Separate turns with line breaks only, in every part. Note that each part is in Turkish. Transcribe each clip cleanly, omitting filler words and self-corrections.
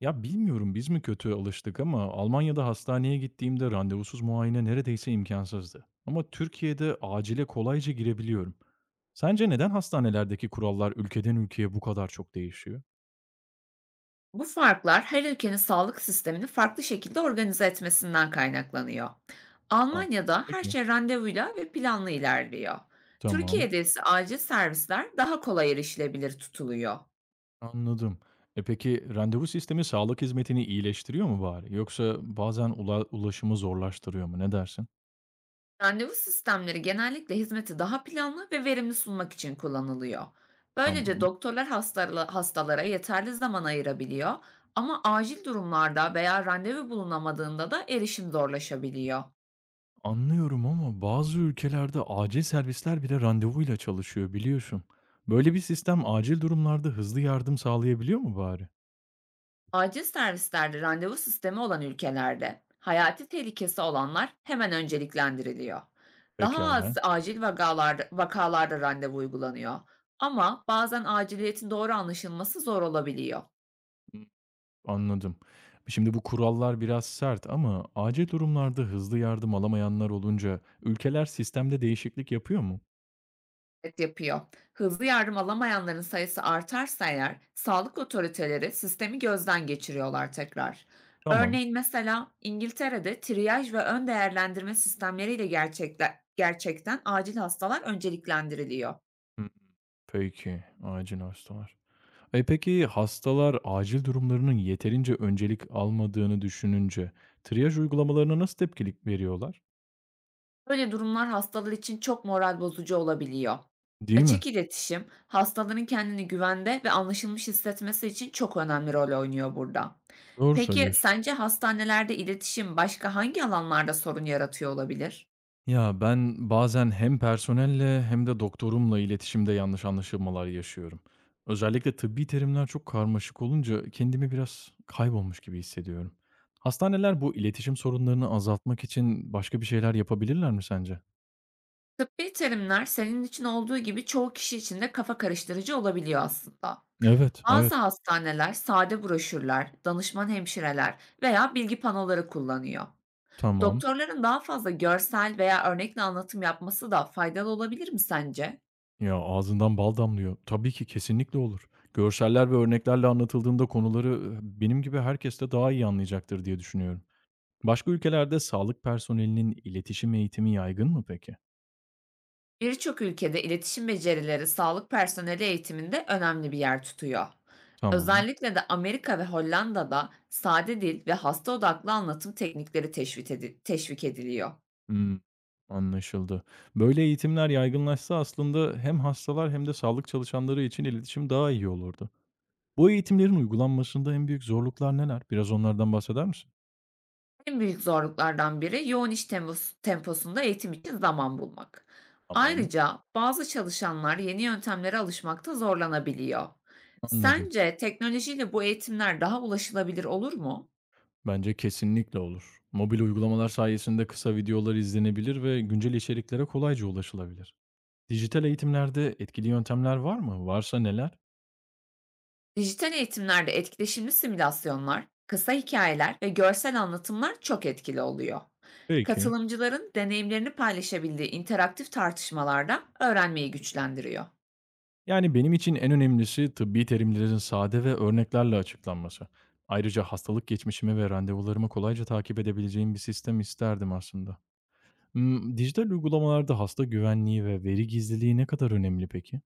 Ya, bilmiyorum biz mi kötü alıştık ama Almanya'da hastaneye gittiğimde randevusuz muayene neredeyse imkansızdı. Ama Türkiye'de acile kolayca girebiliyorum. Sence neden hastanelerdeki kurallar ülkeden ülkeye bu kadar çok değişiyor?
Bu farklar her ülkenin sağlık sistemini farklı şekilde organize etmesinden kaynaklanıyor.
Ha,
Almanya'da her
peki.
şey randevuyla ve planlı ilerliyor.
Tamam,
Türkiye'de ise acil servisler daha kolay erişilebilir tutuluyor.
anladım. E, peki randevu sistemi sağlık hizmetini iyileştiriyor mu bari yoksa bazen ulaşımı zorlaştırıyor mu? Ne dersin?
Randevu sistemleri genellikle hizmeti daha planlı ve verimli sunmak için kullanılıyor. Böylece
Tamam.
doktorlar hastalara yeterli zaman ayırabiliyor ama acil durumlarda veya randevu bulunamadığında da erişim zorlaşabiliyor.
Anlıyorum ama bazı ülkelerde acil servisler bile randevuyla çalışıyor biliyorsun. Böyle bir sistem acil durumlarda hızlı yardım sağlayabiliyor mu bari?
Acil servislerde randevu sistemi olan ülkelerde hayati tehlikesi olanlar hemen önceliklendiriliyor. Daha az
Pekala,
acil vakalarda randevu uygulanıyor. Ama bazen aciliyetin doğru anlaşılması zor olabiliyor.
hı, anladım. Şimdi bu kurallar biraz sert ama acil durumlarda hızlı yardım alamayanlar olunca ülkeler sistemde değişiklik yapıyor mu?
Evet, yapıyor. Hızlı yardım alamayanların sayısı artarsa eğer sağlık otoriteleri sistemi gözden geçiriyorlar tekrar.
Tamam.
Örneğin mesela İngiltere'de triyaj ve ön değerlendirme sistemleriyle gerçekten acil hastalar önceliklendiriliyor.
Hı, peki, acil hastalar. E, peki hastalar acil durumlarının yeterince öncelik almadığını düşününce triyaj uygulamalarına nasıl tepkilik veriyorlar?
Böyle durumlar hastalar için çok moral bozucu olabiliyor.
Değil mi?
Açık iletişim, hastaların kendini güvende ve anlaşılmış hissetmesi için çok önemli rol oynuyor burada.
Doğru
Peki
söylüyorsun.
sence hastanelerde iletişim başka hangi alanlarda sorun yaratıyor olabilir?
Ya, ben bazen hem personelle hem de doktorumla iletişimde yanlış anlaşılmalar yaşıyorum. Özellikle tıbbi terimler çok karmaşık olunca kendimi biraz kaybolmuş gibi hissediyorum. Hastaneler bu iletişim sorunlarını azaltmak için başka bir şeyler yapabilirler mi sence?
Tıbbi terimler senin için olduğu gibi çoğu kişi için de kafa karıştırıcı olabiliyor aslında.
Evet, evet.
Bazı hastaneler sade broşürler, danışman hemşireler veya bilgi panoları kullanıyor.
Tamam.
Doktorların daha fazla görsel veya örnekle anlatım yapması da faydalı olabilir mi sence?
Ya, ağzından bal damlıyor. Tabii ki, kesinlikle olur. Görseller ve örneklerle anlatıldığında konuları, benim gibi herkes de daha iyi anlayacaktır diye düşünüyorum. Başka ülkelerde sağlık personelinin iletişim eğitimi yaygın mı peki?
Birçok ülkede iletişim becerileri sağlık personeli eğitiminde önemli bir yer tutuyor.
Tamam.
Özellikle de Amerika ve Hollanda'da sade dil ve hasta odaklı anlatım teknikleri teşvik ediliyor.
Hımm. Anlaşıldı. Böyle eğitimler yaygınlaşsa aslında hem hastalar hem de sağlık çalışanları için iletişim daha iyi olurdu. Bu eğitimlerin uygulanmasında en büyük zorluklar neler? Biraz onlardan bahseder misin?
En büyük zorluklardan biri yoğun iş temposunda eğitim için zaman bulmak.
Tamam.
Ayrıca bazı çalışanlar yeni yöntemlere alışmakta zorlanabiliyor.
Anladım.
Sence teknolojiyle bu eğitimler daha ulaşılabilir olur mu?
Bence kesinlikle olur. Mobil uygulamalar sayesinde kısa videolar izlenebilir ve güncel içeriklere kolayca ulaşılabilir. Dijital eğitimlerde etkili yöntemler var mı? Varsa neler?
Dijital eğitimlerde etkileşimli simülasyonlar, kısa hikayeler ve görsel anlatımlar çok etkili oluyor.
Peki.
Katılımcıların deneyimlerini paylaşabildiği interaktif tartışmalarda öğrenmeyi güçlendiriyor.
Yani benim için en önemlisi tıbbi terimlerin sade ve örneklerle açıklanması. Ayrıca hastalık geçmişimi ve randevularımı kolayca takip edebileceğim bir sistem isterdim aslında. Hmm, dijital uygulamalarda hasta güvenliği ve veri gizliliği ne kadar önemli peki?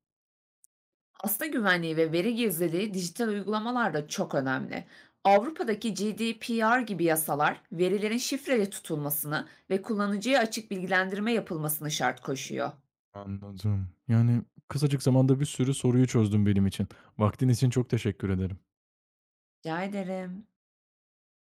Hasta güvenliği ve veri gizliliği dijital uygulamalarda çok önemli. Avrupa'daki GDPR gibi yasalar verilerin şifreli tutulmasını ve kullanıcıya açık bilgilendirme yapılmasını şart koşuyor.
Anladım. Yani kısacık zamanda bir sürü soruyu çözdüm benim için. Vaktin için çok teşekkür ederim.
Rica ederim.